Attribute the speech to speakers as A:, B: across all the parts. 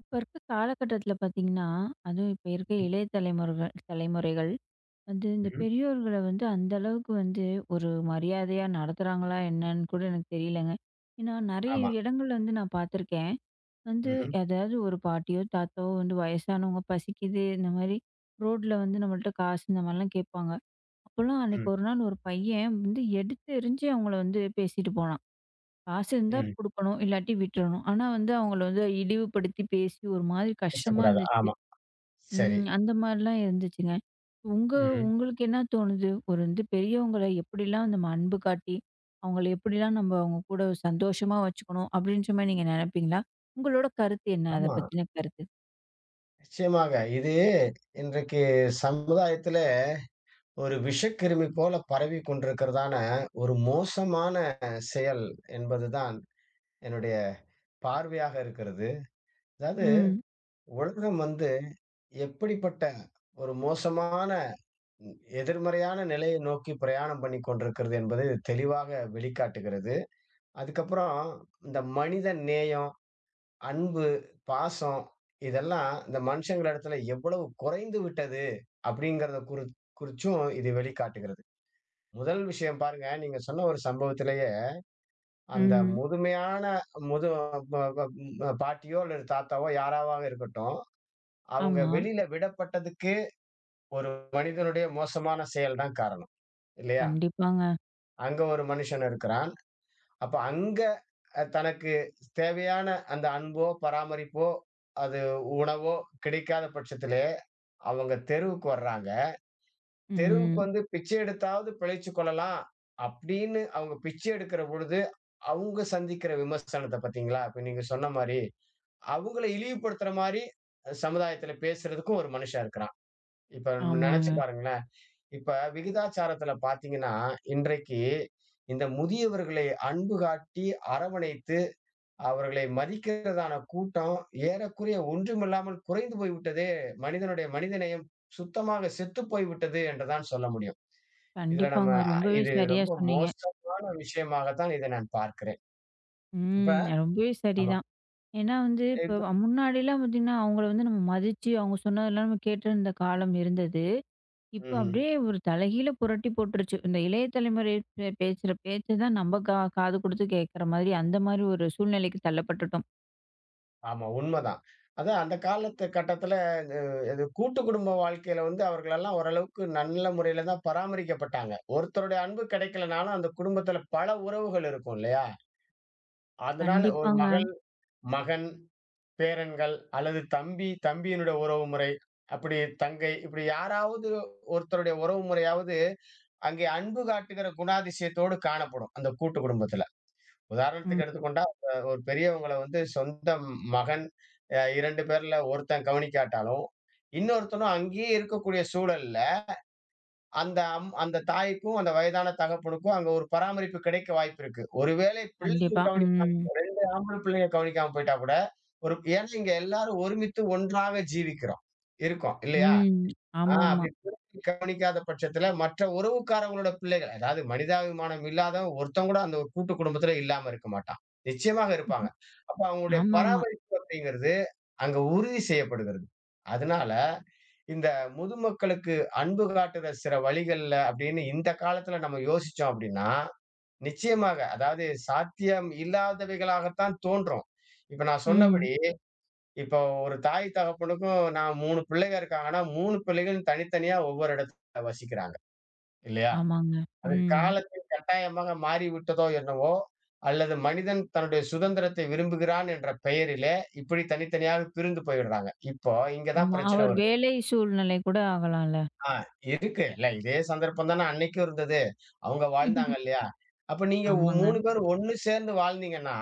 A: இப்ப இருக்க காலகட்டத்துல பார்த்தீங்கன்னா, அதுவும் இப்ப இருக்க இளைய தலைமுறைகள் தலைமுறைகள் வந்து இந்த
B: ம்ஹ்ம்.
A: பெரியோர்கள வந்து அந்த அளவுக்கு வந்து ஒரு மரியாதையா நடத்துறாங்களா என்னன்னு கூட எனக்கு தெரியலங்க. ஏன்னா, நெறைய
B: ஆமா.
A: இடங்கள்ல வந்து நான் பார்த்துருக்கேன். வந்து
B: ம்ஹ்ம்.
A: அதாவது ஒரு பாட்டியோ, தாத்தாவோ வந்து வயசானவங்க பசிக்குது இந்த மாரி ரோட்ல வந்து நம்மள்ட்ட காசு இந்த மாரிலாம் கேட்பாங்க. அப்போலாம்
B: ம்.
A: அன்னைக்கு ஒரு நாள் ஒரு பையன் வந்து எடுத்து எறிஞ்சு அவங்கள வந்து பேசிட்டு போனான். காசு இருந்தா
B: ம்.
A: குடுக்கணும். இல்லாட்டி விட்டுறணும். ஆனா வந்து அவங்கள வந்து இழிவுபடுத்தி பேசி ஒரு மாதிரி கஷ்டமா
B: பேசக்கூடாது.
A: இருந்துச்சு.
B: ஆமா. சரி.
A: ம். அந்த மாரிலாம் இருந்துச்சுங்க. உங்க
B: ம்ஹ்ம்.
A: உங்களுக்கு என்ன தோணுது? ஒரு வந்து பெரியவங்கள எப்படிலாம் நம்ம அன்பு காட்டி, அவங்கள எப்படிலாம் நம்ம அவங்க கூட சந்தோஷமா வச்சுக்கணும் அப்படின்ற மாரி நீங்க நெனைப்பீங்களா? உங்களோட கருத்து என்ன? அத
B: ஆமா.
A: பத்தின கருத்து?
B: நிச்சயமாக. இது இன்றைக்கு சமுதாயத்தில ஒரு விஷக்கிருமி போல பரவிக் கொண்டிருக்கிறதான ஒரு மோசமான செயல் என்பதுதான் என்னுடைய பார்வையாக இருக்கிறது. அதாவது
A: ம்.
B: உலகம் வந்து எப்படிப்பட்ட ஒரு மோசமான எதிர்மறையான நிலையை நோக்கி பிரயாணம் பண்ணிக் கொண்டிருக்கிறது என்பது தெளிவாக வெளிக்காட்டுகிறது. அதுக்கப்புறம் இந்த மனித நேயம், அன்பு, பாசம் இதெல்லாம் இந்த மனுஷங்களிடத்துல எவ்வளவு குறைந்து விட்டது அப்படிங்கிறத குறிச்சும் இது வெளிக்காட்டுகிறது. முதல் விஷயம் பாருங்க, நீங்க சொன்ன ஒரு சம்பவத்திலேயே அந்த
A: ம்.
B: முதுமையான முது ப ப ம் பாட்டியோ அல்லது தாத்தாவோ யாராவாக இருக்கட்டும், அவங்க
A: ஆமா.
B: வெளியில விடப்பட்டதுக்கே ஒரு மனிதனுடைய மோசமான செயல் தான் காரணம். இல்லையா?
A: கண்டிப்பாங்க.
B: அங்க ஒரு மனுஷன் இருக்கிறான். அப்ப அங்க தனக்கு தேவையான அந்த அன்போ, பராமரிப்போ, அது உணவோ கிடைக்காத பட்சத்திலே அவங்க தெருவுக்கு வர்றாங்க. தெருவுக்கு
A: ம்.
B: வந்து பிச்சை எடுத்தாவது பிழைச்சுக் கொள்ளலாம் அப்படின்னு அவங்க பிச்சை எடுக்கிற பொழுது, அவங்க சந்திக்கிற விமர்சனத்த பார்த்தீங்களா? இப்ப நீங்க சொன்ன மாரி, அவங்கள இழிவுபடுத்துற மாரி சமுதாயத்தில பேசுறதுக்கும் ஒரு மனுஷன் இருக்கிறான். இப்ப
A: ஆமாங்க.
B: நெனச்சு பாருங்களேன். இப்ப விகிதாச்சாரத்தில பார்த்தீங்கன்னா, இன்றைக்கு இந்த முதியவர்களை அன்பு காட்டி அரவணைத்து அவர்களை மதிக்கிறதான கூட்டம் ஏறக்குறைய ஒன்றுமில்லாமல் குறைந்து போய்விட்டதே! மனிதனுடைய மனிதநேயம் சுத்தமாக செத்து போய்விட்டது என்றுதான் சொல்ல முடியும். இதுல நம்ம
A: கண்டிப்பாங்க. ரொம்பவே
B: இது
A: சரியா
B: ரொம்ப
A: சொன்னீங்க.
B: மோசமான விஷயமாக தான் இதை நான் பார்க்கிறேன். இப்ப
A: ம். ரொம்பவே
B: ஆமா.
A: சரிதான். ஏன்னா வந்து,
B: இப்ப
A: இப்ப முன்னாடிலாம் பார்த்தீங்கன்னா, அவங்கள வந்து நம்ம மதிச்சு, அவங்க சொன்னதெல்லாம் நம்ம கேட்டிருந்த காலம் இருந்தது. இப்ப
B: ம்ஹ்ம்.
A: அப்படியே ஒரு தலைகீழ புரட்டி போட்டுருச்சு. இந்த இளைய தலைமுறை பேசுற பேச்ச தான் நம்ம காது குடுத்து கேட்கிற மாதிரி, அந்த மாதிரி ஒரு சூழ்நிலைக்கு தள்ளப்பட்டுட்டோம்.
B: ஆமா, உண்மதான். அதான் அந்த காலத்து கட்டத்துல இந்த இது கூட்டு குடும்ப வாழ்க்கையில வந்து அவர்களெல்லாம் ஓரளவுக்கு நல்ல முறையில தான் பராமரிக்கப்பட்டாங்க. ஒருத்தருடைய அன்பு கிடைக்கலனாலும் அந்த குடும்பத்துல பல உறவுகள் இருக்கும் இல்லையா? அதனால ஒரு
A: கண்டிப்பாங்க.
B: மகள், மகன், பேரன்கள் அல்லது தம்பி, தம்பியினுடைய உறவுமுறை, அப்படி தங்கை, இப்படி யாராவது ஒருத்தருடைய உறவுமுறையாவது அங்கே அன்பு காட்டுகிற குணாதிசயத்தோடு காணப்படும் அந்த கூட்டு குடும்பத்துல.
A: ம்.
B: உதாரணத்துக்கு எடுத்துக்கொண்டா ஒரு பெரியவங்கள வந்து சொந்த மகன் 2 பேர்ல ஒருத்தன் கவனிக்காட்டாலும், இன்னொருத்தனும் அங்கேயே இருக்கக்கூடிய சூழல்ல அந்த அந்த தாய்க்கும், அந்த வயதான தகப்பனுக்கும் அங்க ஒரு பராமரிப்பு கிடைக்க வாய்ப்பு இருக்கு. ஒருவேளை பிள்ளைகள்
A: கண்டிப்பா.
B: கவனிக்காம
A: ம்.
B: 2 ஆம்பள பிள்ளைங்க கவனிக்காம போயிட்டா கூட, ஒரு ஏன்னா இங்க எல்லாரும் ஒருமித்து ஒன்றாக ஜீவிக்கிறோம். இருக்கோம் இல்லையா?
A: ம்.
B: ஆ,
A: ஆமாமா. ஆமாமா.
B: அப்படி பிள்ளைகள் கவனிக்காத பட்சத்துல மற்ற உறவுக்காரவங்களோட பிள்ளைகள், அதாவது மனிதாபிமானம் இல்லாதவன் ஒருத்தன் கூட அந்த ஒரு கூட்டு குடும்பத்துல இல்லாம இருக்க மாட்டான். நிச்சயமாக இருப்பாங்க.
A: ம்.
B: அப்ப அவங்களுடைய
A: ஆமா ஆமா
B: பராமரிப்பு அப்படிங்கிறது அங்க உறுதி செய்யப்படுகிறது. அதனால இந்த முதுமக்களுக்கு அன்பு காட்டுற சில வழிகள்ல அப்படின்னு இந்த காலத்துல நம்ம யோசிச்சோம் அப்படின்னா, நிச்சயமாக அதாவது சாத்தியம் இல்லாதவைகளாகத்தான் தோன்றும். இப்ப நான்
A: ம்
B: சொன்னபடி, இப்போ ஒரு தாய் தகப்பனுக்கும் நான் 3 பிள்ளைக இருக்காங்கன்னா, 3 பிள்ளைகளும் தனித்தனியா ஒவ்வொரு இடத்துல வசிக்கிறாங்க. இல்லையா?
A: ஆமாங்க.
B: அது
A: ம்.
B: காலத்தின் கட்டாயமாக மாறிவிட்டதோ என்னவோ! அல்லது மனிதன் தன்னுடைய சுதந்திரத்தை விரும்புகிறான் என்ற பெயரிலே, இப்படி தனித்தனியாக பிரிந்து போயிடுறாங்க. இப்போ இங்க தான்
A: ஆமா.
B: பிரச்சனை
A: அவர்
B: வருது.
A: வேலை சூழ்நிலை கூட ஆகலாம்ல.
B: ஆ, இருக்கு. இல்ல இதே சந்தர்ப்பம் தானே அன்னைக்கும் இருந்தது. அவங்க வாழ்ந்தாங்க இல்லையா? அப்ப நீங்க
A: ஆமாங்க.
B: 3 பேரும் ஒண்ணு சேர்ந்து வாழ்ந்தீங்கன்னா,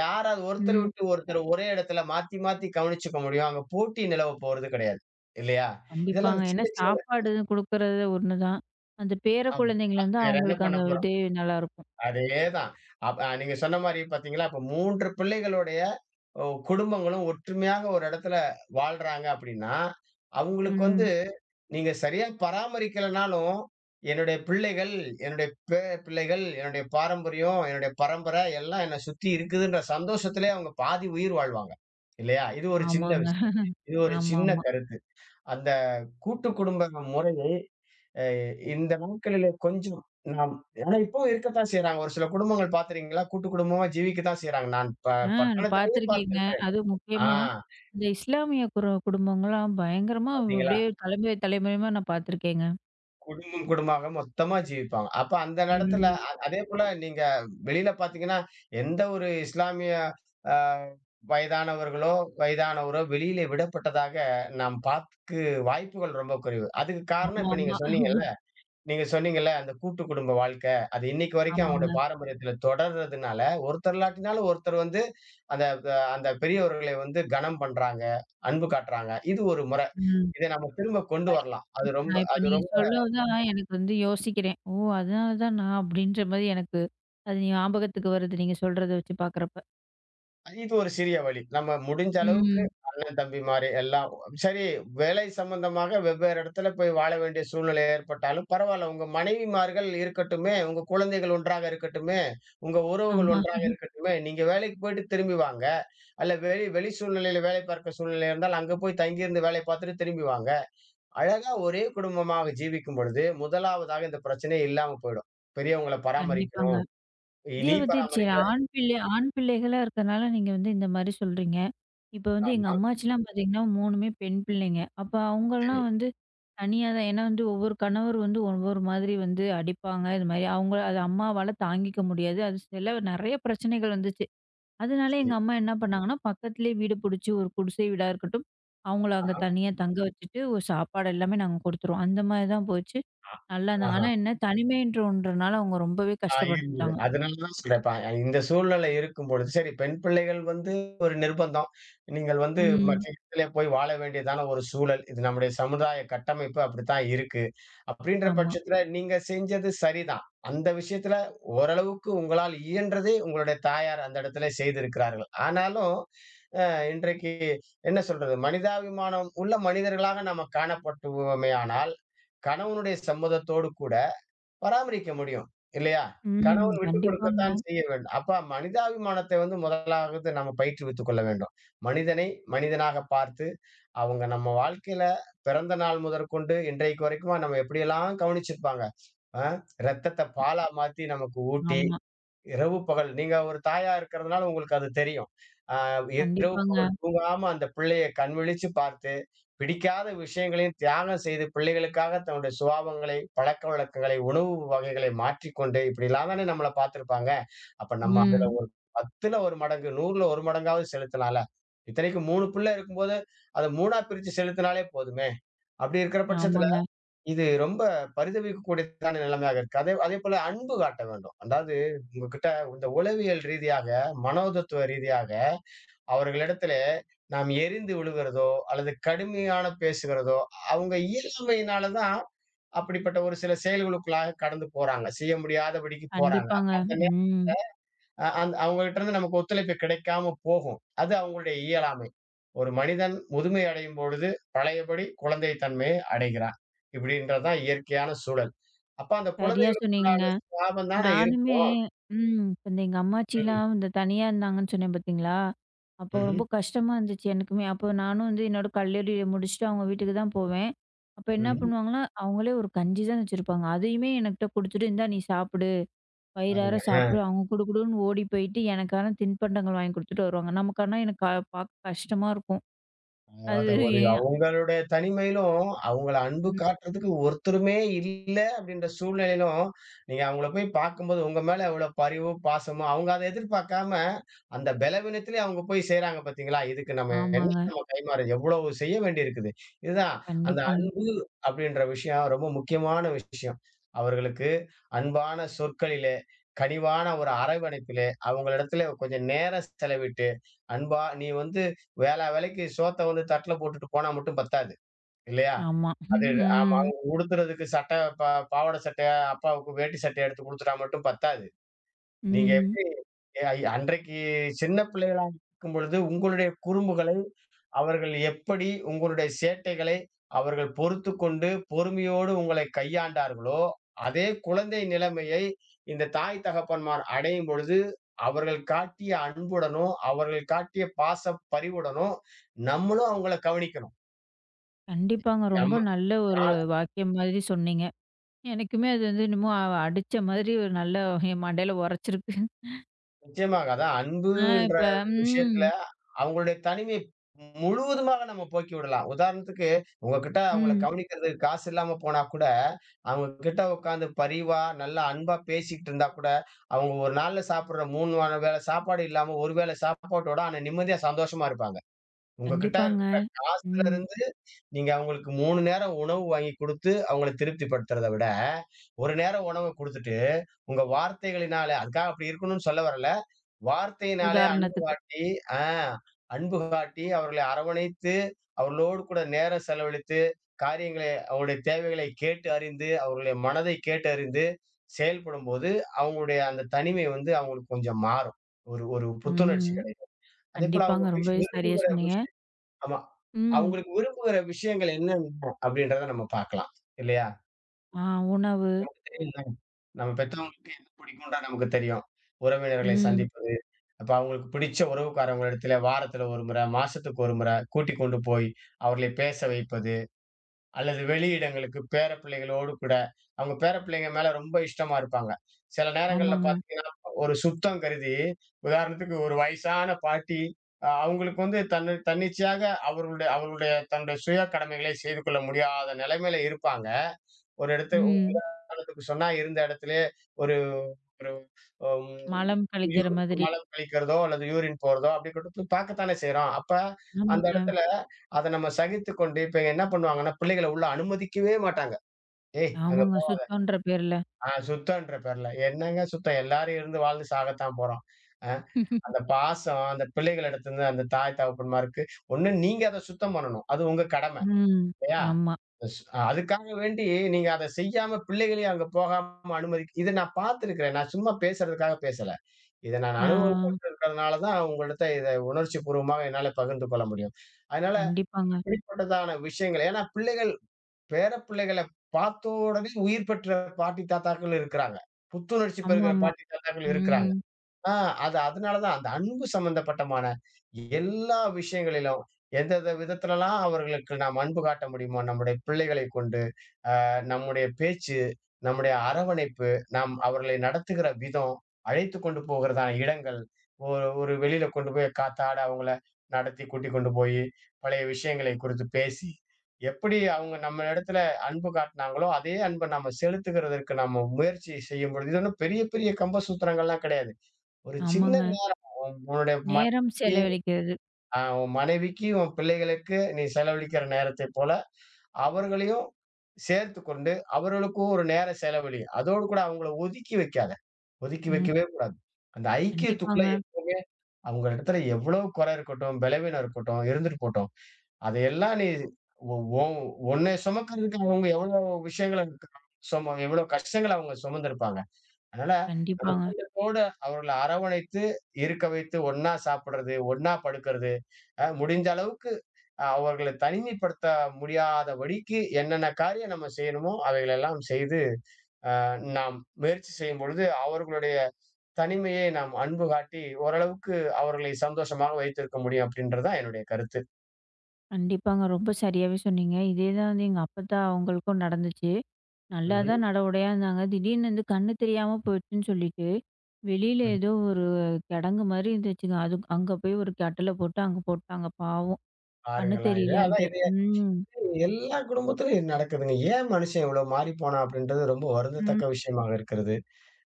B: யாராவது ஒருத்தர்
A: ம்.
B: விட்டு ஒருத்தர் ஒரே இடத்துல மாத்தி மாத்தி கவனிச்சுக்க முடியும். அங்க போட்டி நிலவப் போறது கிடையாது. இல்லையா? இதெல்லாம்
A: கண்டிப்பாங்க.
B: அந்த
A: ஏன்னா
B: சின்ன சின்ன
A: சாப்பாடு குடுக்குறது ஒண்ணு தான். அந்த பேர
B: ஆமா.
A: குழந்தைங்கள
B: அது
A: வந்து
B: வேற என்ன
A: அவங்களுக்கு
B: பண்ண
A: அந்த
B: போறோம்?
A: இதே நல்லாயிருக்கும்.
B: அதேதான். அப்ப நீங்க சொன்ன மாரி பார்த்தீங்களா, அப்ப 3 பிள்ளைகளுடைய ஒ குடும்பங்களும் ஒற்றுமையாக ஒரு இடத்துல வாழ்றாங்க அப்படின்னா, அவங்களுக்கு வந்து
A: ம்.
B: நீங்க சரியா பராமரிக்கலனாலும், என்னுடைய பிள்ளைகள், என்னுடைய பேர பிள்ளைகள், என்னுடைய பாரம்பரியம், என்னுடைய பரம்பரை எல்லாம் என்ன சுத்தி இருக்குதுன்ற சந்தோஷத்திலே அவங்க பாதி உயிர் வாழ்வாங்க. இல்லையா? இது ஒரு சின்ன
A: ஆமாங்க.
B: விஷயம். இது ஒரு சின்ன
A: ஆமாமா.
B: கருத்து. அந்த கூட்டு குடும்ப முறையை அ இந்த நாட்களிலே கொஞ்சம் நாம் ஆனா இப்பவும் இருக்கத்தான் செய்றாங்க. ஒரு சில குடும்பங்கள் பார்த்திருக்கீங்களா? கூட்டு குடும்பமா ஜீவிக்கத்தான் செய்றாங்க. நான்
A: ஆ நான்
B: பட்டணத்திலேயே
A: பார்த்துருக்கேங்க.
B: பார்த்திருக்கிறேன்.
A: அதுவும்
B: ஆ,
A: முக்கியமா இந்த இஸ்லாமிய குடும்பங்கள்லாம் பயங்கரமா
B: பார்த்தீங்களா?
A: அப்படியே தலைமுறை தலைமுறையுமா நான் பார்த்துருக்கேங்க.
B: குடும்பம் குடும்பமாக மொத்தமா ஜீவிப்பாங்க. அப்ப அந்த இடத்துல
A: ம்.
B: அதேபோல நீங்க வெளியில பார்த்தீங்கன்னா, எந்த ஒரு இஸ்லாமிய அ வயதானவர்களோ, வயதானவரோ வெளியிலே விடப்பட்டதாக நாம் பார்க்கு வாய்ப்புகள் ரொம்ப குறைவு. அதுக்கு காரணம் இப்ப நீங்க
A: ஆமாமா.
B: சொன்னீங்கள்ல, நீங்க சொன்னீங்கல்ல, அந்த கூட்டு குடும்ப வாழ்க்கை, அது இன்னைக்கு வரைக்கும் அவங்களுடைய
A: ஆமாங்க.
B: பாரம்பரியத்துல தொடர்றதுனால, ஒருத்தர் இல்லாட்டினாலும் ஒருத்தர் வந்து, அந்த த அந்த பெரியவர்களை வந்து கனம் பண்றாங்க, அன்பு காட்டுறாங்க. இது ஒரு முறை.
A: ம்.
B: இதை நம்ம திரும்ப கொண்டு
A: சரி.
B: வரலாம். அது ரொம்ப
A: நான் இப்ப
B: அது
A: நீங்க சொல்லவு தான் எனக்கு வந்து யோசிக்கிறேன். ஓ! அதனால தான் நான் அப்படின்ற மாரி எனக்கு அது ஞாபகத்துக்கு வருது நீங்க சொல்றத வச்சு பார்க்குறப்ப.
B: இது ஒரு சிறிய வழி. நம்ம முடிஞ்ச அளவுக்கு
A: ம்.
B: அண்ணன் தம்பி மாரி எல்லாம் சரி வேலை சம்பந்தமாக வெவ்வேறு இடத்துல போய் வாழ வேண்டிய சூழ்நிலை ஏற்பட்டாலும் பரவால்ல. உங்க மனைவிமார்கள் இருக்கட்டுமே, உங்க குழந்தைகள் ஒன்றாக இருக்கட்டுமே, உங்க உறவுகள்
A: ஆமா.
B: ஒன்றாக இருக்கட்டுமே, நீங்க வேலைக்கு போயிட்டு திரும்பி வாங்க. அல்ல வெளி வெளி சூழ்நிலையில வேலை பார்க்க சூழ்நிலை இருந்தால் அங்க போய் தங்கியிருந்து வேலை பார்த்துட்டு திரும்பி வாங்க. அழகா ஒரே குடும்பமாக ஜீவிக்கும் பொழுது, முதலாவதாக இந்த பிரச்சனை இல்லாம போயிடும். பெரியவங்கள
A: கண்டிப்பாங்க.
B: பராமரிக்கணும்.
A: இதே
B: நீ
A: வந்து சரி
B: பராமரிக்கிற
A: ஆண் பிள்ளைகளா இருக்கனால நீங்க வந்து இந்த மாரி சொல்றீங்க. இப்ப வந்து எங்க
B: ஆமா.
A: அம்மாச்சிலாம் பார்த்தீங்கன்னா, 3மே பெண் பிள்ளைங்க. அப்ப
B: சரி.
A: அவங்கலாம் வந்து தனியா தான் ஏன்னா வந்து ஒவ்வொரு கணவர் வந்து ஒவ்வொரு மாதிரி வந்து அடிப்பாங்க. இது மாரி அவங்க அது அம்மாவால தாங்கிக்க முடியாது. அது சில நெறைய பிரச்சனைகள் வந்துச்சு. அதனால
B: சரி.
A: எங்க அம்மா என்ன பண்ணாங்கன்னா, பக்கத்திலேயே வீடு புடிச்சு ஒரு குடிசை வீடா இருக்கட்டும், அவங்கள அங்க
B: ஆஹா.
A: தனியா தங்க வச்சுட்டு ஒரு சாப்பாடு எல்லாமே நாங்க குடுத்துருவோம். அந்த மாரி தான் போச்சு. நல்லா இருந்தாங்க.
B: ஆஹா.
A: ஆனா என்ன தனிமைன்றன்றனால அவங்க ரொம்பவே
B: ஆ, இருந்தது.
A: கஷ்டப்பட்டுட்டாங்க.
B: அதனால தான் சொல்றேன். இப்ப இந்த சூழ்நிலை இருக்கும் பொழுது, சரி, பெண் பிள்ளைகள் வந்து ஒரு நிர்பந்தம். நீங்கள் வந்து மற்ற
A: ம்.
B: இடத்திலே போய் வாழ வேண்டியதான ஒரு சூழல். இது நம்முடைய சமுதாய கட்டமைப்பு அப்படித்தான் இருக்கு. அப்படின்ற
A: ஆமா.
B: பட்சத்தில நீங்க செஞ்சது சரிதான். அந்த விஷயத்தில ஓரளவுக்கு உங்களால் இயன்றதை உங்களுடைய தாயார் அந்த இடத்திலே செய்திருக்கிறார்கள். ஆனாலும் இன்றைக்கு என்ன சொல்றது? மனிதாபிமானம் உள்ள மனிதர்களாக நம்ம காணப்பட்டுவோமேயானால், கணவனுடைய சம்மதத்தோடு கூட பராமரிக்க முடியும். இல்லையா?
A: ம். ம்.
B: கணவன் விட்டுக்
A: கண்டிப்பாங்க.
B: கொடுக்கத்தான் செய்ய வேண்டும். அப்ப மனிதாபிமானத்தை வந்து முதலாவது நம்ம பயிற்றுவித்துக் கொள்ள வேண்டும். மனிதனை மனிதனாக பார்த்து, அவங்க நம்ம வாழ்க்கையில பிறந்த நாள் முதற்கொண்டு இன்றைக்கு வரைக்குமா நம்ம எப்படியெல்லாம் கவனிச்சிருப்பாங்க. அ ரத்தத்த பாலா மாத்தி நமக்கு ஊட்டி
A: ஆமா.
B: இரவு, பகல். நீங்க ஒரு தாயா இருக்கிறதுனால உங்களுக்கு அது தெரியும். அ இரவு, பகல்
A: கண்டிப்பாங்க.
B: தூங்காம அந்த பிள்ளைய கண் விழிச்சு பார்த்து, பிடிக்காத விஷயங்களையும் தியாகம் செய்து, பிள்ளைகளுக்காக தன்னுடைய சுபாவங்களை, பழக்கவழக்கங்களை, உணவு வகைகளை மாற்றிக்கொண்டு, இப்படிலாம் தானே நம்மள பார்த்திருப்பாங்க. அப்ப நம்ம அதுல
A: ம்.
B: 10ல 1 மடங்கு, 100ல 1 மடங்காவது செலுத்தினால, இத்தனைக்கும் 3 பிள்ளை இருக்கும்போது, அத 3ஆ பிரிச்சு செலுத்தினாலே போதுமே! அப்படி இருக்கிற பட்சத்தில
A: ஆமாங்க.
B: இது ரொம்ப பரிதவிக்கக்கூடியதான நிலைமையாக இருக்கு. அதே அதேபோல அன்பு காட்ட வேண்டும். அதாவது உங்ககிட்ட இந்த உளவியல் ரீதியாக, மனோதத்துவ ரீதியாக அவர்களிடத்திலே நாம் எரிந்து விழுகிறதோ, அல்லது கடுமையான பேசுகிறதோ, அவங்க இயலாமையினால தான் அப்படிப்பட்ட ஒரு சில செயல்களுக்குள்ளாக கடந்து போறாங்க. செய்ய முடியாதபடிக்கு போறாங்க.
A: கண்டிப்பாங்க.
B: அப்ப அந்த நே
A: ம்.
B: அ அந் அவங்ககிட்ட இருந்து நமக்கு ஒத்துழைப்பு கிடைக்காம போகும். அது அவங்களுடைய இயலாமை. ஒரு மனிதன் முதுமை அடையும் பொழுது பழையபடி குழந்தை தன்மையை அடைகிறான். இப்படின்றதுதான் இயற்கையான சூழல். அப்ப அந்த
A: சரியா
B: குழந்தைகளுக்கு
A: சொன்னீங்க.
B: உண்டான சுவாபம் தானே
A: நானுமே
B: இருக்கும்.
A: ம். இப்ப இந்த எங்க
B: ம்.
A: அம்மாச்சிலாம் இந்த தனியா இருந்தாங்கன்னு சொன்னேன் பார்த்தீங்களா? அப்போ
B: ம்ஹ்ம்.
A: ரொம்ப கஷ்டமா இருந்துச்சு எனக்குமே. அப்போ நானும் வந்து என்னோட கல்லூரிய முடிச்சுட்டு அவங்க வீட்டுக்கு தான் போவேன். அப்ப என்ன
B: ம்ஹ்ம்.
A: பண்ணுவாங்கன்னா, அவங்களே ஒரு கஞ்சி தான் வச்சிருப்பாங்க. அதையுமே எனக்கிட்ட குடுத்துட்டு, "இந்தா நீ சாப்பிடு. வயிறார
B: பாருங்க.
A: சாப்பிடு." அவங்க குடு குடுன்னு ஓடி போயிட்டு எனக்கான தின்பண்டங்கள் வாங்கி குடுத்துட்டு வருவாங்க. நமக்கு ஆனா எனக்கு பார்க்க கஷ்டமா இருக்கும்.
B: ஆ,
A: அது
B: அத ஒரு
A: ஏன்
B: அவங்களுடைய தனிமையிலும், அவங்கள அன்பு
A: ம்.
B: காட்டுறதுக்கு ஒருத்தருமே இல்ல அப்படின்ற சூழ்நிலையிலும், நீங்க அவங்கள போய் பார்க்கும்போது உங்க மேல எவ்வளோ பரிவு, பாசமும் அவங்க அத எதிர்பார்க்காம, அந்த பலவீனத்திலே அவங்க போய் செய்றாங்க பார்த்தீங்களா? இதுக்கு நம்ம என்ன
A: ஆமாங்க.
B: நம்ம கைமாறு எவ்வளவு செய்ய வேண்டியிருக்குது. இதுதான் அந்த
A: கண்டிப்பாங்க.
B: அப்படின்ற விஷயம் ரொம்ப முக்கியமான விஷயம். அவர்களுக்கு அன்பான சொற்களிலே, கனிவான ஒரு அரவணைப்பிலே, அவங்களிடத்தில கொஞ்சம் நேரம் செலவிட்டு, "அன்பா நீ வந்து வேளா வேளைக்கு சோத்த வந்து தட்ல போட்டுட்டு போனா மட்டும் பத்தாது." இல்லையா?
A: ஆமா.
B: அது ஆமா.
A: ம்.
B: அவங்க உடுத்துறதுக்கு சட்டை ப பாவாடை சட்டை, அப்பாவுக்கு வேட்டி சட்டை எடுத்து குடுத்துட்டா மட்டும் பத்தாது. நீங்க
A: ம்.
B: எப்படி அன்றைக்கு சின்ன பிள்ளைகளா இருக்கும்பொழுது, உங்களுடைய குறும்புகளை அவர்கள், எப்படி உங்களுடைய சேட்டைகளை அவர்கள் பொறுத்துக்கொண்டு பொறுமையோடு உங்களை கையாண்டார்களோ, அதே குழந்தை நிலைமையை இந்த தாய் தகப்பன்மார் அடையும் பொழுது, அவர்கள் காட்டிய அன்புடனும், அவர்கள் காட்டிய பரிவுடனும் நம்மளும் அவங்கள கவனிக்கணும்.
A: கண்டிப்பாங்க. ரொம்ப
B: நம்ம
A: நல்ல ஒரு வாக்கியம் மாதிரி சொன்னீங்க. எனக்குமே அது வந்து என்னமோ அடிச்ச மாதிரி ஒரு நல்ல என் மண்டையில உரைச்சிருக்கு.
B: நிச்சயமாக. அதான்
A: ஆ
B: அன்புன்ற
A: இப்ப ம்.
B: விஷயத்துல அவங்களுடைய தனிமை முழுவதுமாக நம்ம போக்கி விடலாம். உதாரணத்துக்கு உங்ககிட்ட அவங்கள
A: ம்.
B: கவனிக்கிறதுக்கு காசு இல்லாம போனா கூட, அவங்க கிட்ட உட்கார்ந்து பரிவா, நல்லா அன்பா பேசிக்கிட்டு இருந்தா கூட, அவங்க ஒரு நாள்ல சாப்பிடுற 3 வேள சாப்பாடு இல்லாம ஒரு வேள சாப்பாட்டோட ஆனா நிம்மதியா சந்தோஷமா இருப்பாங்க. உங்ககிட்ட
A: கண்டிப்பாங்க.
B: காசுல
A: ம்.
B: இருந்து நீங்க அவங்களுக்கு 3 நேரம் உணவு வாங்கி குடுத்து அவங்கள திருப்திப்படுத்துறத விட, ஒரு நேரம் உணவ குடுத்துட்டு, உங்க வார்த்தைகளினால அதுக்காக அப்படி இருக்கணும்னு சொல்ல வரல. வார்த்தையினாலே அன்பு
A: உதாரணத்துக்கு.
B: காட்டி, ஆ, அன்பு காட்டி, அவர்களை அரவணைத்து, அவர்களோடு கூட நேரம் செலவழித்து, காரியங்களை அவங்களுடைய தேவைகளை கேட்டு அறிந்து, அவர்களுடைய மனதை கேட்டறிந்து செயல்படும்போது, அவங்களுடைய அந்த தனிமை வந்து அவங்களுக்கு கொஞ்சம் மாறும். ஒரு ஒரு புத்துணர்ச்சி
A: ம்.
B: கிடைக்கும். அதேபோல அவங்க
A: கண்டிப்பாங்க. ரொம்பவே சரியா
B: விரும்புகிற
A: சொன்னீங்க.
B: விஷயம் ஆமா.
A: ம்.
B: அவங்களுக்கு விரும்புகிற விஷயங்கள் என்னென்ன அப்படின்றத நம்ம பார்க்கலாம். இல்லையா?
A: ஆ உணவு.
B: தெரியும்ல, நம்ம பெற்றவங்களுக்கு எது பிடிக்கும்ன்றா நமக்கு தெரியும். உறவினர்களை
A: ம்.
B: சந்திப்பது. அப்ப அவங்களுக்கு பிடிச்ச உறவுக்காரவங்களிடத்தில வாரத்தில 1 முறை, மாசத்துக்கு 1 முறை கூட்டிக் கொண்டு போய் அவர்களை பேச வைப்பது. அல்லது வெளியிடங்களுக்கு பேர பிள்ளைகளோடு கூட அவங்க பேர பிள்ளைங்க மேல ரொம்ப இஷ்டமா இருப்பாங்க. சில நேரங்கள்ல
A: ஆமாங்க.
B: பார்த்தீங்கன்னா, ஒரு சுத்தம் கருதி உதாரணத்துக்கு ஒரு வயசான பாட்டி அவங்களுக்கு வந்து தன்னிச்சையாக அவர்களுடைய அவர்களுடைய தன்னுடைய சுய கடமைகளை செய்து கொள்ள முடியாத நிலைமையில இருப்பாங்க. ஒரு இடத்துல
A: ம்.
B: உதாரணத்துக்கு சொன்னா இருந்த இடத்துலயே ஒரு ஒரு அம்
A: மலம்
B: யூ
A: கழிக்கிற மாதிரி.
B: மலம் கழிக்கிறதோ அல்லது யூரின் போறதோ அப்படி கொண்டு போய் பார்க்கத்தானே செய்றோம். அப்ப அந்த
A: ஆமாங்க.
B: இடத்துல அத நம்ம சகித்துக்கொண்டு இப்ப என்ன பண்ணுவாங்கன்னா, பிள்ளைகள உள்ள அனுமதிக்கவே மாட்டாங்க. "ஏய், அங்க போ."
A: ஆமாங்க. சுத்தம்ன்ற பேர்ல.
B: ஆ, சுத்தம்ன்ற பேர்ல. என்னங்க சுத்தம்? எல்லாரும் இருந்து வாழ்ந்து சாகத்தான் போறோம். அ அந்த பாசம் அந்த பிள்ளைகள் இடத்துல இருந்து அந்த தாய் தகப்பன்மாருக்கு, ஒண்ணு நீங்க அத சுத்தம் பண்ணணும். அது உங்க கடம.
A: ம்.
B: இல்லையா?
A: ஆமா.
B: அஸ் அதுக்காக வேண்டி நீங்க அத செய்யாம பிள்ளைகளையும் அங்க போகாம இத நான் பார்த்துருக்கிறேன். நான் சும்மா பேசுறதுக்காக பேசல. இத நான்
A: ஆ,
B: அனுபவப்பட்டு இருக்கிறதுனால தான் உங்கள்ட்ட இத உணர்ச்சிபூர்வமா என்னால பகிர்ந்து கொள்ள முடியும். அதனால
A: கண்டிப்பாங்க.
B: இப்படிப்பட்டதான விஷயங்கள் ஏன்னா பிள்ளைகள், பேரப்பிள்ளைகள பார்த்தோடவே உயிர் பெற்ற பாட்டி, தாத்தாக்கள் இருக்கிறாங்க. புத்துணர்ச்சி பெறுகிற
A: ஆமாமா.
B: பாட்டி, தாத்தாக்கள் இருக்கிறாங்க.
A: ம்.
B: ஆ, அது அதனாலதான் அந்த அன்பு சம்பந்தப்பட்டமான எல்லா விஷயங்களிலும் எந்தெந்த விதத்துலலாம் அவர்களுக்கு நாம் அன்பு காட்ட முடியுமோ நம்முடைய பிள்ளைகளை கொண்டு, நம்முடைய பேச்சு, நம்முடைய அரவணைப்பு, நாம் அவர்களை நடத்துகிற விதம், அழைத்து கொண்டு போகிறதான இடங்கள், ஒரு ஒரு வெளியில கொண்டு போய் காத்தாட அவங்கள நடத்தி கூட்டிக் கொண்டு போயி, பழைய விஷயங்களை குறித்து பேசி, எப்படி அவங்க நம்ம இடத்துல அன்பு காட்டுனாங்களோ, அதே அன்ப நம்ம செலுத்துகிறதற்கு நம்ம முயற்சி செய்யும் பொழுது, இது ஒண்ணும் பெரிய பெரிய கம்பசூத்திரங்கள்லாம் கிடையாது. ஒரு சின்ன
A: ஆமாங்க.
B: உன் உன்னுடைய
A: நேரம்
B: மனைவிக்கு
A: செலவழிக்கிறது.
B: உன் மனைவிக்கு, உன் பிள்ளைகளுக்கு நீ செலவழிக்கிற நேரத்தை போல, அவர்களையும் சேர்த்துக்கொண்டு, அவர்களுக்கும் ஒரு நேரம் செலவழி. அதோடு கூட அவங்கள ஒதுக்கி வைக்காத. ஒதுக்கி
A: ம்.
B: வைக்கவே கூடாது. அந்த ஐக்கியத்துக்குள்ள
A: கண்டிப்பாங்க,
B: எப்பவுமே அவங்க இடத்துல எவ்வளவு குறை இருக்கட்டும், பலவீனம் இருக்கட்டும், இருந்துட்டு போட்டும். அதையெல்லாம் நீ உ உன் உன்னை சுமக்கிறதுக்கு அவங்க எவ்வளோ விஷயங்கள எவ்வளோ கஷ்டங்கள அவங்க சுமந்திருப்பாங்க. அதனால நம்ம
A: கண்டிப்பாங்க,
B: கூட்டத்தோட அவர்களை அரவணைத்து இருக்க வைத்து ஒண்ணா சாப்பிடுறது, ஒண்ணா படுக்கிறது. அ முடிஞ்ச அளவுக்கு அவர்களை தனிமைப்படுத்த முடியாதபடிக்கு என்னென்ன காரியம் நம்ம செய்யணுமோ அவைகளெல்லாம் செய்து, அ நாம் முயற்சி செய்யும் பொழுது அவர்களுடைய தனிமையை நாம் அன்பு காட்டி ஓரளவுக்கு அவர்களை சந்தோஷமாக வைத்திருக்க முடியும் அப்படின்றது தான் என்னுடைய கருத்து.
A: கண்டிப்பாங்க. ரொம்ப சரியாவே சொன்னீங்க. இதே தான் வந்து எங்க அப்பத்தா அவங்களுக்கும் நடந்துச்சு. நல்லா
B: ம்ஹ்ம்.
A: தான் உடையா இருந்தாங்க. திடீர்னு வந்து கண்ணு தெரியாம போயிடுச்சுன்னு சொல்லிட்டு, வெளியில
B: ம்.
A: ஏதோ ஒரு கிடங்கு மாரி இருந்துச்சுங்க. அது அங்க போய் ஒரு கட்டில போட்டு அங்க போட்டாங்க பாவம். கண்ணு
B: பாருங்களேன் இது. அதான்
A: தெரியலன்ட்டு.
B: இது
A: ம்.
B: எல்லா குடும்பத்திலும் இது நடக்குதுங்க. ஏன் மனுஷன் இவ்வளவு மாறிப்போனான் அப்படின்றது ரொம்ப
A: ம்.
B: வருந்தத்தக்க விஷயமாக இருக்கிறது.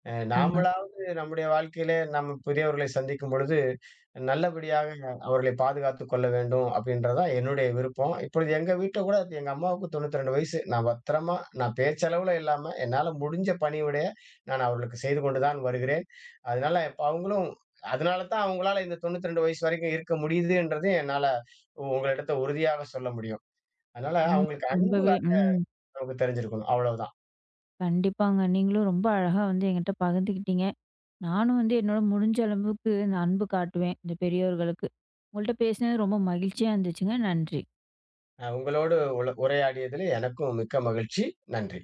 A: ஆமாங்க.
B: நாமளாவது நம்முடைய வாழ்க்கையிலே நாம் புதியவர்களை சந்திக்கும் பொழுது, நல்லபடியாக அவர்களை பாதுகாத்துக் கொள்ள வேண்டும் அப்படின்றது தான் என்னுடைய விருப்பம். இப்பொழுது எங்க வீட்ல கூட எங்க அம்மாவுக்கு 92 வயசு. நான் பத்திரமா நான் பேச்சளவுல இல்லாம, என்னால முடிஞ்ச பணிவிடைய நான் அவர்களுக்கு செய்து கொண்டு தான் வருகிறேன். அதனால இப்ப அவங்களும் அதனால தான் அவங்களால இந்த 92 வயசு வரைக்கும் இருக்க முடியுதுன்றது என்னால உங்களிடத்த உறுதியாக சொல்ல முடியும். அதனால
A: ம்.
B: அவங்களுக்கு அன்பு
A: ரொம்பவே
B: காட்ட
A: ம்.
B: நமக்கு தெரிஞ்சிருக்கணும். அவ்வளவுதான்.
A: கண்டிப்பாங்க. நீங்களும் ரொம்ப அழகா வந்து என்கிட்ட பகிர்ந்துக்கிட்டீங்க. நானும் வந்து என்னால முடிஞ்ச அளவுக்கு இந்த அன்பு காட்டுவேன், இந்த பெரியோர்களுக்கு. உங்கள்ட்ட பேசினது ரொம்ப மகிழ்ச்சியா இருந்துச்சுங்க. நன்றி.
B: உங்களோடு உள உரையாடியதிலே எனக்கும் மிக்க மகிழ்ச்சி. நன்றி.